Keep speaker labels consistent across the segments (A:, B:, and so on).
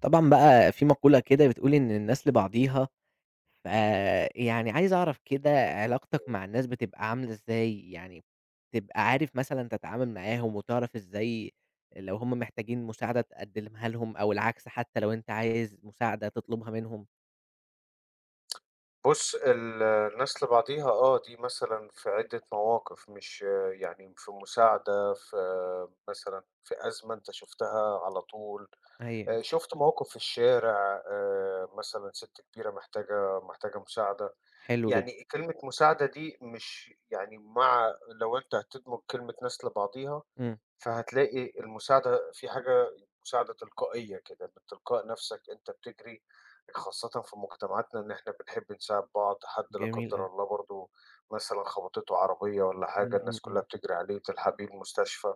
A: طبعًا بقى في مقولة كده بتقول إن الناس لبعضيها، فيعني عايز أعرف كده علاقتك مع الناس بتبقى عاملة إزاي؟ يعني بتبقى عارف مثلًا تتعامل معاهم وتعرف إزاي لو هم محتاجين مساعدة تقدمها لهم أو العكس حتى لو أنت عايز مساعدة تطلبها منهم؟
B: بُص، الناس لبعضيها آه، دي مثلًا في عدة مواقف، مش يعني في مساعدة، في مثلًا في أزمة أنت شُفتها على طول.
A: أيوه،
B: شُفت موقف في الشارع، مثلًا سِت كبيرة محتاجة مساعدة.
A: حلو جدًا،
B: يعني كلمة مساعدة دي مش يعني مع، لو أنت هتدمج كلمة ناس لبعضيها
A: إمم،
B: فهتلاقي المساعدة في حاجة، مساعدة تلقائية كده، من تلقاء نَفْسك أنت بتجري، خاصةً في مجتمعاتنا إن إحنا بنحب نساعد بعض. حد لا
A: جميل
B: قدّر
A: أوي،
B: الله برضه مثلًا خبطته عربية والّا حاجة،
A: إمم، إمم،
B: الناس كُلّها
A: إمم،
B: بتجري عليه، تلحقيه المستشفى.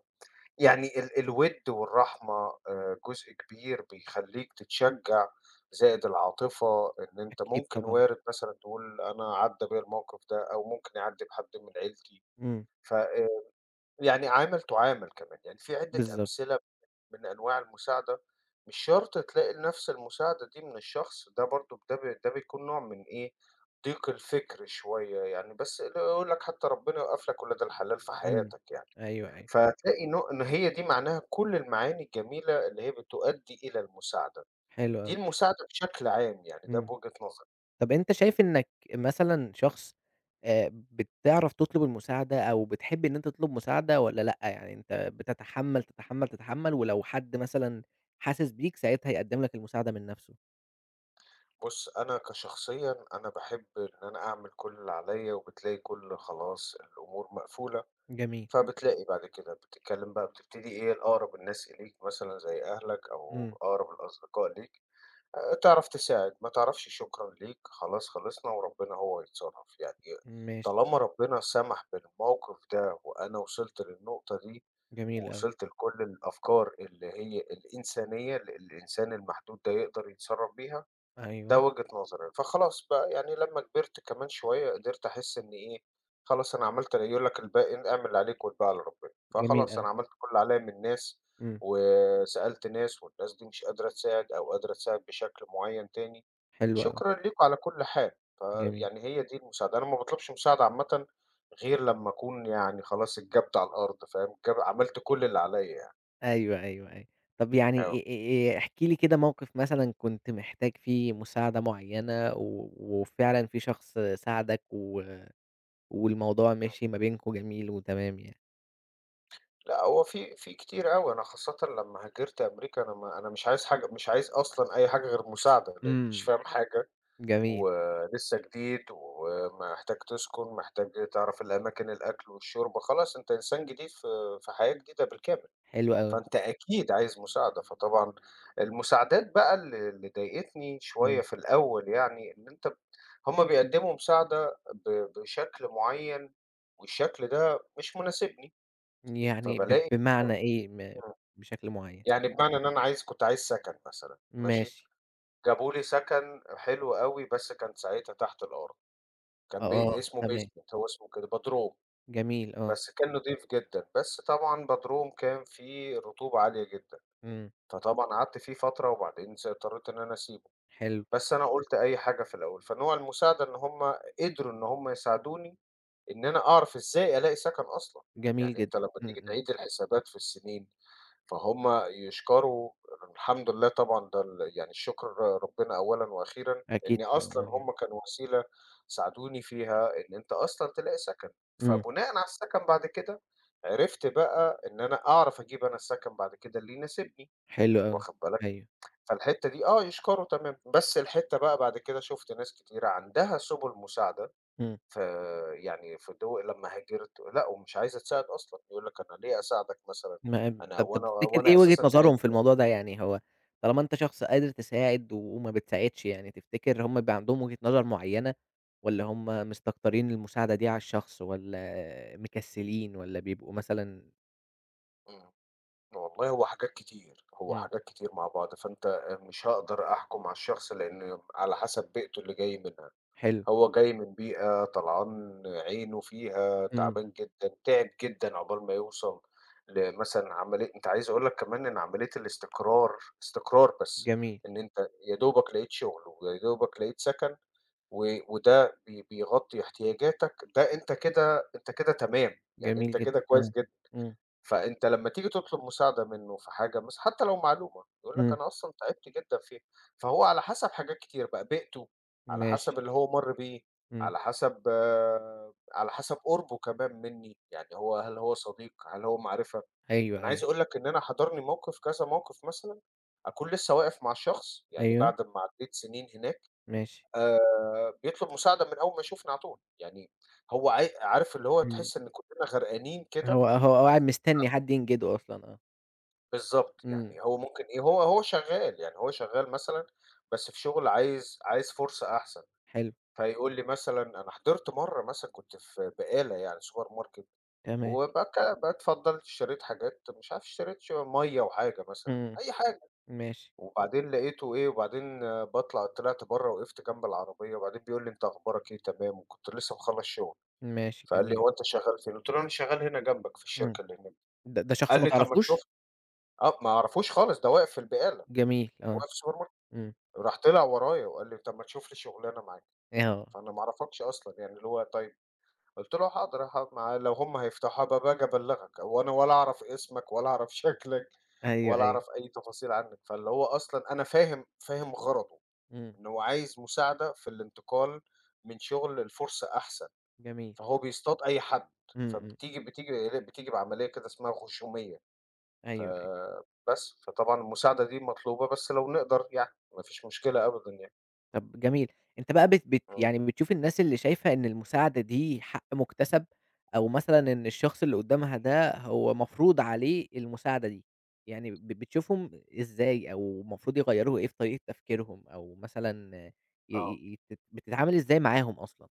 B: يعني الوِد والرحمة جزء كبير بيخلّيك تتشجّع، زائد العاطفة إن أنت
A: أكيد
B: ممكن
A: طبعًا،
B: وارد مثلًا تقول أنا عدّى بيّا الموقف ده أو ممكن يعدّي بحد من عيلتي.
A: إمم،
B: ف يعني عامل تُعامل كمان، يعني في عدة
A: بالضبط،
B: أمثلة من أنواع المساعدة. مش شرط تلاقي نفس المساعدة دي من الشخص ده برضه، ده بيكون نوع من إيه، ضيق الفكر شوية يعني، بس اللي هو يقول لك حتى ربنا يوقّف لك ولاد الحلال في
A: إمم،
B: حياتك يعني.
A: أيوه، أيوه،
B: فتلاقي نوع إن هي دي معناها كل المعاني الجميلة اللي هي بتؤدي إلى المساعدة.
A: حلو
B: دي
A: أوي،
B: المساعدة بشكل عام يعني، ده
A: إمم.
B: بوجهة نظري.
A: طب أنت شايف إنك مثلًا شخص بتعرف تطلب المساعدة أو بتحب إن أنت تطلب مساعدة والّا لأ؟ يعني أنت بتتحمّل، تتحمّل، تتحمّل ولو حد مثلًا حاسس بيك ساعتها يقدّم لك المساعدة من نَفْسه؟
B: بُص، أنا كشخصيًا أنا باحب إن أنا أعمل كل اللي عليّا وبتلاقي كل، خلاص الأمور مقفولة،
A: جميل،
B: فبتلاقي بعد كده بتتكلم بقى، بتبتدي إيه، الأقرب الناس إليك مثلًا زي أهلك أو
A: إمم،
B: أقرب الأصدقاء ليك. تعرف تساعد، ما تعرفش شكرًا ليك، خلاص خلصنا وربنا هو يتصرّف، يعني
A: ماشي،
B: طالما ربنا سمح بالموقف ده وأنا وصلت للنقطة دي
A: جميل أوي،
B: ووصلت لكل الأفكار اللي هي الإنسانية اللي الإنسان المحدود ده يقدر يتصرّف بيها، ده
A: أيوه،
B: وجهة نظري. فخلاص بقى يعني لمّا كبرت كمان شوية قدرت أحس إن إيه، خلاص أنا عملت ال، يقول لك الباقي اعمل اللي عليك والباقي على ربنا،
A: جميل
B: فخلاص
A: أوي،
B: أنا عملت كل اللي عليَّ من الناس،
A: إمم،
B: وسألت ناس والناس دي مش قادرة تساعد أو قادرة تساعد بشكل معين تاني،
A: حلو أوي،
B: شكرًا ليكم على كل حال.
A: جميل،
B: فيعني هي دي المساعدة، أنا ما باطلبش مساعدة عامةً غير لمّا أكون يعني خلاص اتجبت على الأرض فاهم، عملت كل اللي عليَّ يعني.
A: أيوه، أيوه، أيوه. طب
B: آه.
A: يعني احكِ لي كده موقِف مثلًا كنت محتاج فيه مساعدة معيّنة وفعلًا في شخص ساعدك والموضوع مشي ما بينكم جميل وتمام يعني.
B: لأ، هو في كتير أوي، أنا خاصةً لمّا هاجرت أمريكا أنا مش عايز حاجة، مش عايز أصلًا أي حاجة غير مساعدة، لإنّي مش
A: إمم.
B: فاهم حاجة
A: جميل،
B: ولسّه جديد ومحتاج تسكن، محتاج تعرف الأماكن، الأكل والشرب، خلاص أنت إنسان جديد في، في حياة جديدة بالكامل،
A: حلو أوي.
B: فأنت أكيد عايز مساعدة. فطبعًا المساعدات بقى اللي ضايقتني شوية
A: إمم.
B: في الأول يعني، إن أنت، هُم بيقدّموا مساعدة بشكل معيّن والشكل ده مش مناسبني،
A: يعني
B: فبالاقي،
A: بمعنى إيه، بشكل معيّن؟
B: يعني بمعنى إن أنا عايز، كنت عايز سَكَن مثلًا، ماشي،
A: ماشي.
B: جابوا لي سَكَن حلو أوي بس كان ساعتها تحت الأرض،
A: آه،
B: كان بي
A: آه.
B: اسمه
A: تمام،
B: basement، هو اسمه كده بدروم،
A: جميل آه،
B: بس كان نضيف جدًا، بس طبعًا بدروم كان فيه رطوبة عالية جدًا،
A: إمم،
B: فطبعًا قعدت فيه فترة وبعدين اضطريت إن أنا أسيبه.
A: حلو،
B: بس أنا قُلت أي حاجة في الأول. فنوع المساعدة إن هم قدروا إن هم يساعدوني إن أنا أعرف إزاي ألاقي سَكَن أصلًا،
A: جميل
B: يعني
A: جدًا،
B: أنت لمّا
A: إمم،
B: تيجي
A: إمم،
B: تعيد الحسابات في السنين، فهُم يشكروا، الحمد لله طبعًا ده ال، يعني الشكر ربنا أولًا وأخيرًا،
A: أكيد
B: إن
A: طبعًا آه
B: أصلًا هُم
A: يعني،
B: كانوا وسيلة ساعدوني فيها إن أنت أصلًا تلاقي سكن،
A: إمم،
B: فبناءً على السكن بعد كده عرفت بقى إن أنا أعرف أجيب أنا السكن بعد كده اللي يناسبني،
A: حلو أوي،
B: واخد بالك؟
A: أيوه،
B: فالحتة دي آه يشكروا تمام. بس الحتة بقى بعد كده شُفت ناس كتيرة عندها سُبل مساعدة
A: إمم.
B: في يعني في دو لمّا هاجرت، لأ ومش عايزة تساعد أصلًا، يقول لك أنا ليه أساعدك مثلًا،
A: ما
B: أنا
A: طب
B: هو أنا هو
A: تفتكر
B: أنا
A: إيه وجهة
B: أساسًا
A: نظرهم في
B: تعبت.
A: الموضوع ده؟ يعني هو طالما أنت شخص قادر تساعد وما بتساعدش، يعني تفتكر هم بيبقى عندهم وجهة نظر معيّنة والّا هم مستكترين المساعدة دي على الشخص والّا مكسّلين والّا بيبقوا مثلًا
B: إمم. والله هو حاجات كتير، هو
A: إمم،
B: حاجات كتير مع بعض. فأنت مش هاقدر أحكُم على الشخص لإن على حسب بيئته اللي جاي منها،
A: حلو،
B: هو جاي من بيئة طلعان عينه فيها،
A: إمم،
B: تعبان جدًا، تعب جدًا عقبال ما يوصل لمثلًا عملية، أنت عايز أقول لك كمان إن عملية الاستقرار، استقرار بس،
A: جميل،
B: إن أنت يا دوبك لقيت شُغل ويا دوبك لقيت سَكَن وده بيغطّي احتياجاتك، ده أنت كده أنت كده تمام، يعني أنت
A: جميل جدًا،
B: كده كويس
A: آه،
B: جدًا.
A: إمم،
B: فأنت لمّا تيجي تطلب مساعدة منّه في حاجة مثلًا حتى لو معلومة، يقول لك
A: إمم،
B: أنا أصلًا تعبت جدًا فيها. فهو على حسب حاجات كتير بقى، بيئته، على حسب
A: ماشي،
B: اللي هو مَر بيه،
A: إمم،
B: على حسب آه، على حسب قُربه كمان منّي، يعني هو هل هو صديق، هل هو معرفة.
A: أيوه،
B: أنا عايز
A: أيوه،
B: أقول لك إن أنا حَضَرني موقف كذا موقف مثلًا، أكون لسّه واقف مع شخص يعني
A: أيوه،
B: بعد ما عدّيت سنين هناك،
A: ماشي،
B: آآ بيطلب مساعدة من أول ما يشوفني على طول، يعني هو عاي، عارف اللي هو
A: إمم،
B: تحس إن كُلّنا غرقانين كده،
A: هو قاعد مستني حد ينجده أصلًا، آه،
B: بالضبط،
A: إمم،
B: يعني هو ممكن إيه، هو شغّال، يعني هو شغّال مثلًا بس في شغل، عايز عايز فرصة أحسن،
A: حلو،
B: فيقول لي مثلًا، أنا حضرت مرّة مثلًا كنت في بقالة، يعني سوبر ماركت،
A: تمام،
B: باتفضّلت اشتريت حاجات، مش عارف اشتريت مَيّة وحاجة مثلًا،
A: إمم،
B: أي حاجة،
A: ماشي،
B: وبعدين لقيته إيه، وبعدين طلعت برّه وقفت جنب العربية وبعدين بيقول لي: "أنت أخبارك إيه، تمام؟" وكنت لسه مخلّص شغل،
A: ماشي،
B: فقال لي:
A: جميل،
B: "هو أنت شغّال فين؟" قُلت له: "أنا شغّال هنا جنبك في
A: إمم.
B: الشركة اللي هناك."
A: ده شخص
B: قال
A: ما
B: لي: "طَب ما
A: تعرفوش؟
B: تشوف"، آه، ما أعرفوش خالص ده واقف في البقالة،
A: جميل آه،
B: واقف في السوبر ماركت،
A: إمم،
B: راح طلع ورايا وقال لي: "طَب ما تشوف لي شُغلانة معاك."
A: آه،
B: فأنا ما أعرفكش أصلًا يعني، اللي هو طيب، قُلت له: "حاضر هاقعد معاه لو هم هيفتحوها بابقى آجي أبلّغك، هو أنا ولا أعرف اسمك ولا أعرف شكلك
A: أيوه،
B: ولا أعرف
A: أيوه،
B: أي تفاصيل عنّك." فاللي هو أصلًا أنا فاهم غرضه،
A: إمم،
B: إن هو عايز مساعدة في الانتقال من شُغل لفرصة أحسن،
A: جميل،
B: فهو بيصطاد أي حد،
A: إمم، إمم،
B: فبتيجي بتيجي بتيجي بعملية كده اسمها غشومية،
A: أيوه، أيوه،
B: فبس، فطبعًا المساعدة دي مطلوبة بس لو نقدر يعني، ما فيش مشكلة أبدًا يعني.
A: طب جميل، أنت بقى بت بت
B: إمم.
A: يعني بتشوف الناس اللي شايفة إن المساعدة دي حق مُكتسب، أو مثلًا إن الشخص اللي قدامها ده هو مفروض عليه المساعدة دي، يعني بتشوفهم إزاي، أو المفروض يغيّروا إيه في طريقة تفكيرهم، أو مثلًا ي
B: آه.
A: ي يت بتتعامل إزاي معاهم أصلًا؟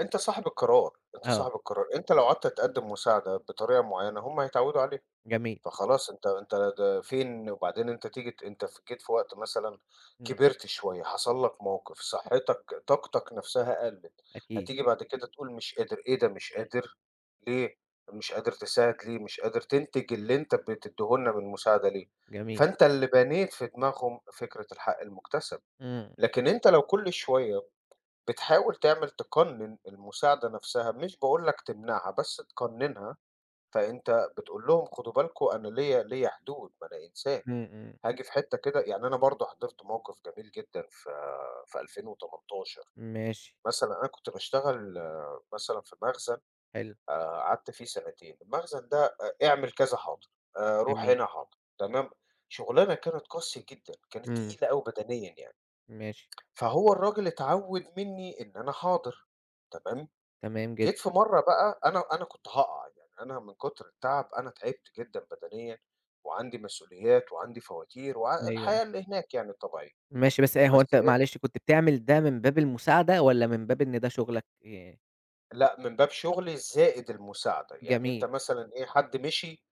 B: أنت صاحب القرار، أنت
A: آه،
B: صاحب القرار، أنت لو قعدت تقدّم مساعدة بطريقة معيّنة هم هيتعوّدوا عليها.
A: جميل،
B: فخلاص أنت، أنت ده فين، وبعدين أنت تيجي ت أنت ف جيت في وقت مثلًا
A: إمم،
B: كبرت شوية، حصل لك موقف، صحتك طاقتك نفْسها قلّت،
A: أكيد،
B: هتيجي بعد كده تقول مش قادر، إيه ده مش قادر، ليه؟ مش قادر تساعد ليه، مش قادر تنتج اللي أنت بتدّيه لنا من مساعدة ليه؟
A: جميل،
B: فأنت اللي بنيت في دماغهم فكرة الحق المكتسب،
A: إمم،
B: لكن أنت لو كل شوية بتحاول تعمل، تقنّن المساعدة نَفْسها، مش باقول لك تمنعها، بس تقنّنها، فأنت بتقول لهم خدوا بالكم أنا ليّا حدود، ما أنا إنسان،
A: إمم، إمم،
B: هاجي في حتّة كده. يعني أنا برضه حضرت موقِف جميل جدًا في 2018،
A: ماشي.
B: مثلًا أنا كنت باشتغل مثلًا في مخزن،
A: حلو،
B: آآ قعدت فيه سنتين. المخزن ده، اعمل كذا حاضر، روح
A: جميل،
B: هنا حاضر، تمام، شُغلانة كانت قاسية جدًا، كانت
A: إمم،
B: تقيلة أوي بدنيًا يعني.
A: ماشي،
B: فهو الراجل اتعوّد منّي إن أنا حاضر، تمام؟
A: تمام
B: جيت في
A: جدًا،
B: مرّة بقى، أنا كنت هاقع، يعني أنا من كتر التعب أنا تعبت جدًا بدنيًا، وعندي مسؤوليات وعندي فواتير وع
A: أيوه، أيوه،
B: الحياة اللي هناك يعني الطبيعية.
A: ماشي، بس هو أنت
B: بس
A: معلش كنت بتعمل ده من باب المساعدة والّا من باب إن ده شغلك
B: لأ، من باب شغلي زائد المساعدة، يعني أنت
A: جميل،
B: مثلًا إيه، حد مشي،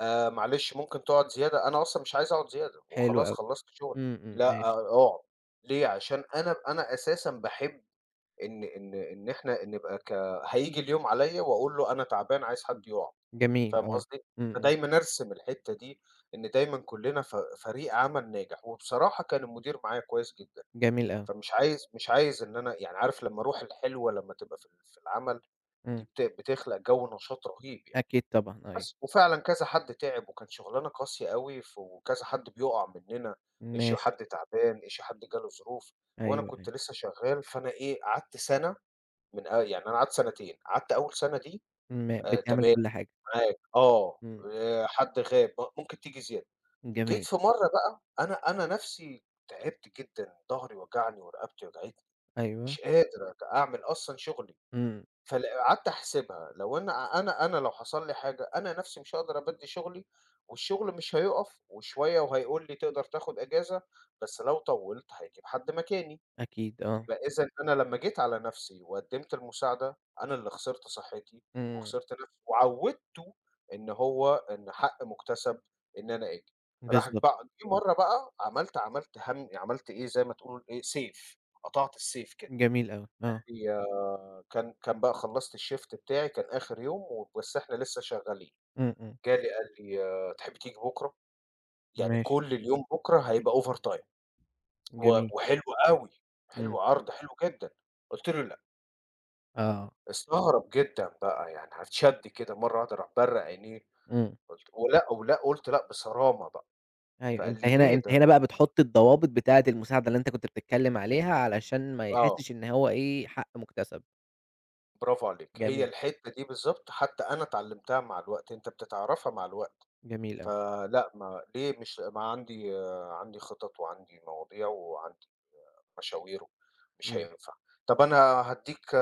B: معلش ممكن تقعد زيادة، أنا أصلًا مش عايز أقعد زيادة
A: حلو
B: وخلاص
A: أوي،
B: خلّصت شغلي،
A: إمم، إمم،
B: لأ
A: ماشي،
B: آه، أقعد، ليه؟ عشان أنا أنا أساسًا باحب إن إحنا نبقى ك، هييجي اليوم عليَّ وأقول له أنا تعبان عايز حد يقعد.
A: جميل،
B: فاهم
A: آه،
B: قصدي؟
A: إمم، إمم،
B: فدايمًا أرسم الحتّة دي، إن دايمًا كُلّنا فريق عمل ناجح، وبصراحة كان المدير معايا كويس جدًا.
A: جميل أوي،
B: فمش عايز، مش عايز إن أنا يعني عارف لمّا الروح الحلوة لمّا تبقى في ال، في العمل دي
A: إمم،
B: بتخلق جو نشاط رهيب يعني.
A: أكيد طبعًا، أيوه،
B: بس وفعلًا كذا حد تعب وكانت شغلانة قاسية أوي، ف وكذا حد بيُقع مننا، issue
A: ماشي،
B: حد تعبان، issue حد جاله ظروف، وأنا
A: أيوه،
B: كنت
A: أيوه،
B: لسه شغّال، فأنا إيه، قعدت سَنة، من أ، يعني أنا قعدت سنتين، قعدت أول سَنة دي،
A: ما بتعمل
B: تمام،
A: كل حاجة،
B: معاك آه،
A: إمم،
B: حد غاب ممكن تيجي زيادة. جيت
A: جميل،
B: في مرّة بقى، أنا نَفْسي تعبت جدًا، ضهري وجعني ورقبتي وجعتني،
A: أيوه،
B: مش قادر أعمل أصلًا شغلي.
A: إمم،
B: قعدت أحسبها، لو أنا لو حصل لي حاجة، أنا نَفْسي مش هاقدر أبَدّي شغلي، والشغل مش هيُقف، وشوية وهيقول لي تقدر تاخُد إجازة، بس لو طوّلت هيجيب حد مكاني.
A: أكيد، آه،
B: يبقى إذًا أنا لمّا جيت على نفسي وقدّمت المساعدة، أنا اللي خسرت صحّتي
A: إمم،
B: وخسرت نفسي وعوّدته إن هو إن حق مُكتسب، إن أنا آجي. راح
A: بالضبط،
B: بقى جه مرّة بقى، عملت إيه، زي ما تقول إيه، سيف، قطعت السيف كده.
A: جميل أوي، آه،
B: هي، كان بقى خلّصت الShift بتاعي، كان آخر يوم، و بس إحنا لسّه شغّالين.
A: إمم، إمم،
B: جالي قال لي: "تحبّي تيجي بُكرة؟" يعني
A: ماشي،
B: كل اليوم بُكرة هيبقى overtime، و
A: جميل،
B: وحلو أوي،
A: إمم،
B: حلو، عرض حلو جدًا. قُلت له: "لأ."
A: آه،
B: استغرب جدًا بقى، يعني هاتشد كده مرّة واحدة، راح برّق عينيه،
A: إمم.
B: قُلت ولأ، ولأ، قُلت لأ بصرامة بقى،
A: أيوه،
B: فقال
A: أنت
B: لي:
A: هنا
B: "ليه
A: أنت
B: ده
A: هنا
B: أنت
A: بقى
B: بكرة"،
A: بتحُط الضوابط بتاعة المساعدة اللي أنت كنت بتتكلّم عليها، علشان ما
B: آه،
A: يحسّش إن هو إيه، حق مُكتسب.
B: برافو عليك، هي
A: جميل،
B: الحتّة دي بالضبط حتى أنا اتعلمتها مع الوقت، أنت بتتعرّفها مع الوقت،
A: جميل أوي،
B: فلأ، ما ليه، مش ما عندي آه، عندي خطط وعندي مواضيع وعندي مشاويره، مش
A: إمم،
B: هينفع. طب أنا هادّيك ه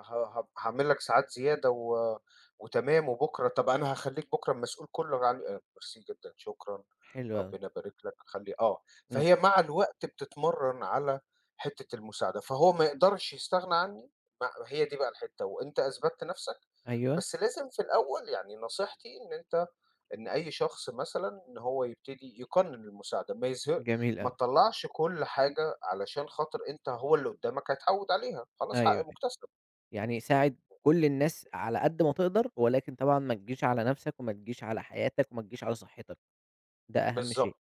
B: ه هاعمل لك ساعات زيادة و وتمام، وبكرة طب أنا هاخلّيك بكرة المسؤول كُلّه عن، ميرسي جدًا، شكرًا،
A: حلو أوي،
B: ربنا يبارك لك، خلّي آه.
A: إمم،
B: فهي مع الوقت بتتمرّن على حتّة المساعدة، فهو ما يقدرش يستغنى عنّي مع، هي دي بقى الحتّة، وأنت أثبتت نَفْسك.
A: أيوه،
B: بس لازم في الأول يعني نصيحتي إن أنت، إن أي شخص مثلًا، إن هو يبتدي يقنّن المساعدة،
A: جميل
B: ما
A: أوي،
B: تطلّعش كل حاجة علشان خاطر أنت، هو اللي قدّامك هيتعوّد عليها، خلاص حق
A: أيوه،
B: مُكتسب.
A: يعني ساعد كل الناس على قد ما تقدر، ولكن طبعًا ما تجيش على نَفْسك، وما تجيش على حياتك، وما تجيش على صحّتك، ده أهم شيء.
B: بالضبط.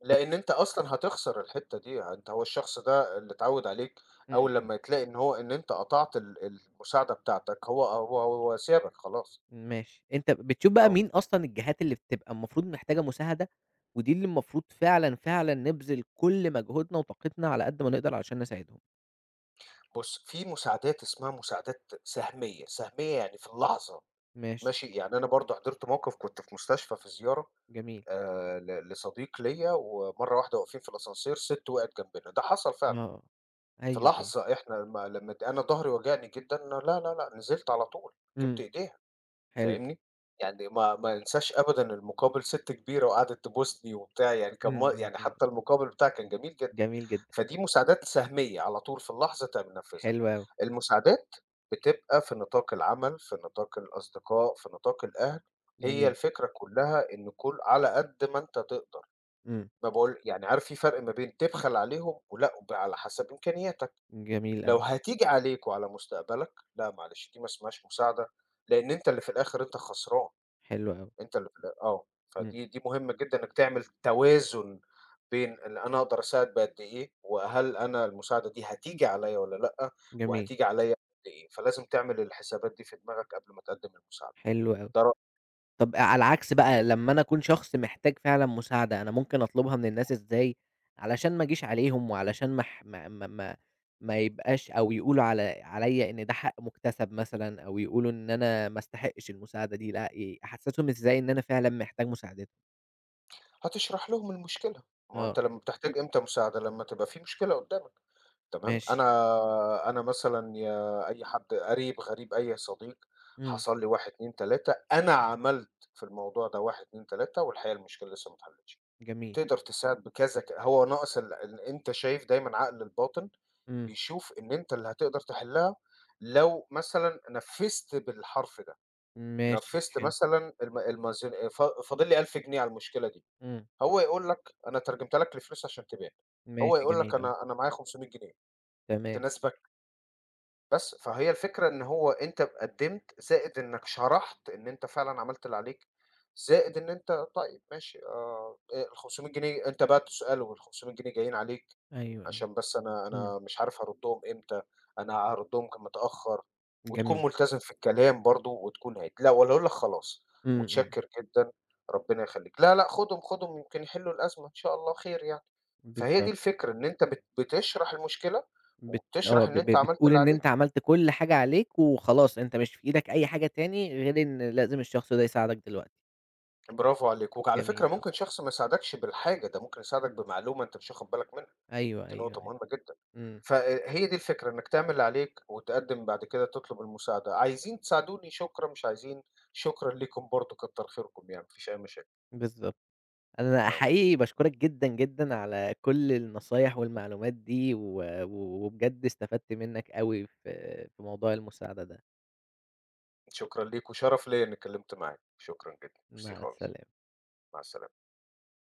B: لإن أنت أصلًا هتخسر الحتّة دي، أنت، هو الشخص ده اللي اتعوّد عليك أول
A: إمم،
B: لمّا تلاقي إن هو، إن أنت قطعت ال المساعدة بتاعتك، هو سابك خلاص.
A: ماشي، أنت بتشوف بقى
B: أهو.
A: مين أصلًا الجهات اللي بتبقى المفروض محتاجة مساعدة، ودي اللي المفروض فعلًا، فعلًا نبذل كل مجهودنا وطاقتنا على قد ما نقدر علشان نساعدهم؟
B: بُص، في مساعدات اسمها مساعدات سهمية، سهمية يعني في اللحظة،
A: ماشي،
B: ماشي، يعني أنا برضه حضرت موقف كنت في مستشفى في زيارة
A: جميل.
B: لصديق ليّا، ومرّة واحدة واقفين في الascenseur سِت وقعت جنبنا، ده حصل فعلًا،
A: آه.
B: في
A: أيوه، أيوه.
B: لحظة إحنا ما، لمّا أنا ضهري وجعني جدًا، لا، لا، لأ، نزلت على طول، جِبت
A: إمم،
B: إيديها.
A: حلو.
B: فاهمني؟ يعني ما انساش أبدًا المقابل، ست كبيرة وقعدت تبوسني وبتاع، يعني كان
A: إمم،
B: م،
A: إمم،
B: يعني
A: إمم.
B: حتى المقابل بتاعها كان جميل جدًا.
A: جميل جدًا،
B: فدي مساعدات سهمية على طول في اللحظة تقوم منفذها.
A: حلو أوي،
B: المساعدات بتبقى في نطاق العمل، في نطاق الأصدقاء، في نطاق الأهل، هي
A: جميل.
B: الفكرة كلّها إن كل، على قد ما أنت تقدر.
A: إمم.
B: ما باقول، يعني عارف في فرق ما بين تبخل عليهم ولأ، وعلى حسب إمكانياتك.
A: جميل
B: لو
A: أوي،
B: هتيجي عليك وعلى مستقبلك، لأ معلش دي ما اسمهاش مساعدة، لإن أنت اللي في الآخر أنت خسران.
A: حلو أوي.
B: أنت اللي في ال آه.
A: إمم.
B: فدي، دي مهمة جدًا إنك تعمل توازن بين إن أنا أقدر أساعد بقد إيه، وهل أنا المساعدة دي هتيجي عليّا والّا لأ،
A: جميل،
B: وهتيجي عليّا قد إيه، فلازم تعمل الحسابات دي في دماغك قبل ما تقدّم المساعدة.
A: حلو أوي.
B: ده رأيي.
A: طب على العكس بقى لمّا أنا أكون شخص محتاج فعلًا مساعدة، أنا ممكن أطلبها من الناس إزاي علشان ما أجيش عليهم وعلشان ما اح ما ما ما ما يبقاش أو يقولوا على عليّا إن ده حق مُكتسب مثلًا أو يقولوا إن أنا ما استحقش المساعدة دي، لأ، أحسّسهم إزاي إن أنا فعلًا محتاج مساعدتهم؟
B: هتشرح لهم المشكلة، ما هو أنت
A: آه.
B: لمّا بتحتاج إمتى مساعدة، لمّا تبقى في مشكلة قدّامك، تمام،
A: ماشي.
B: أنا مثلًا يا أي حد قريب، غريب، أي صديق،
A: إمم.
B: حصل لي 1، 2، 3، أنا عملت في الموضوع ده 1، 2، 3 والحقيقة المشكلة لسه ما اتحلتش.
A: جميل،
B: تقدر تساعد بكذا، ك، هو ناقص ال، إن أنت شايف دايمًا عقل الباطن
A: إمم،
B: بيشوف إن أنت اللي هتقدر تحلّها لو مثلًا نفّذت بالحرف ده،
A: ماشي
B: نفّذت
A: حلو،
B: مثلًا الميزان، فاضل لي 1000 جنيه على المشكلة دي،
A: إمم،
B: هو يقول لك أنا ترجمتها لك لفلوس عشان تبان، هو
A: ماشي
B: يقول
A: جميل
B: لك
A: أوي،
B: أنا معايا 500 جنيه،
A: تمام،
B: تناسبك؟ بس، فهي الفكرة إن هو أنت قدّمت، زائد إنّك شرحت إن أنت فعلًا عملت اللي عليك، زائد إن أنت طيب ماشي آه، ال500 جنيه أنت بقى تسأله ال500 جنيه جايين عليك
A: أيوه، أيوه،
B: عشان بس أنا
A: إمم،
B: أنا مش عارف هاردّهم إمتى، أنا هاردّهم ك متأخّر، وتكون
A: جميل،
B: ملتزم في الكلام برضه وتكون عِدل، لأ والّا أقول لك خلاص
A: إمم، إمم،
B: متشكّر جدًا، ربنا يخلّيك، لا، لأ خُدهم، خُدهم يمكن يحلّوا الأزمة إن شاء الله خير يعني. فهي دي
A: بالضبط،
B: الفكرة، إن أنت بتشرح المشكلة
A: بت آه،
B: وبتشرح
A: ب
B: إن
A: ب
B: أنت عملت
A: بتقول
B: اللي
A: إن
B: عليك،
A: أنت عملت كل حاجة عليك وخلاص، أنت مش في إيدك أي حاجة تاني غير إن لازم الشخص ده يساعدك دلوقتي،
B: برافو عليك، وعلى
A: جميل
B: فكرة
A: أوي،
B: ممكن شخص ما يساعدكش بالحاجة، ده ممكن يساعدك بمعلومة أنت مش واخد بالك منها،
A: أيوه،
B: دي
A: أيوه،
B: نقطة
A: أيوه،
B: مهمة جدًا.
A: إمم،
B: فهي دي الفكرة إنك تعمل اللي عليك وتقدّم بعد كده تطلب المساعدة، عايزين تساعدوني شكرًا، مش عايزين شكرًا ليكم برضه كتّر خيركم يعني، ما فيش أي مشاكل،
A: بالضبط، أنا
B: آه،
A: حقيقي باشكرك جدًا، جدًا على كل النصايح والمعلومات دي، و و وبجد استفدت منك أوي في في موضوع المساعدة ده،
B: شكرًا ليك وشرف ليّا إني اتكلمت معاك، شكرًا جدًا، ميرسي
A: مع
B: خالص،
A: السلامة.
B: مع السلامة.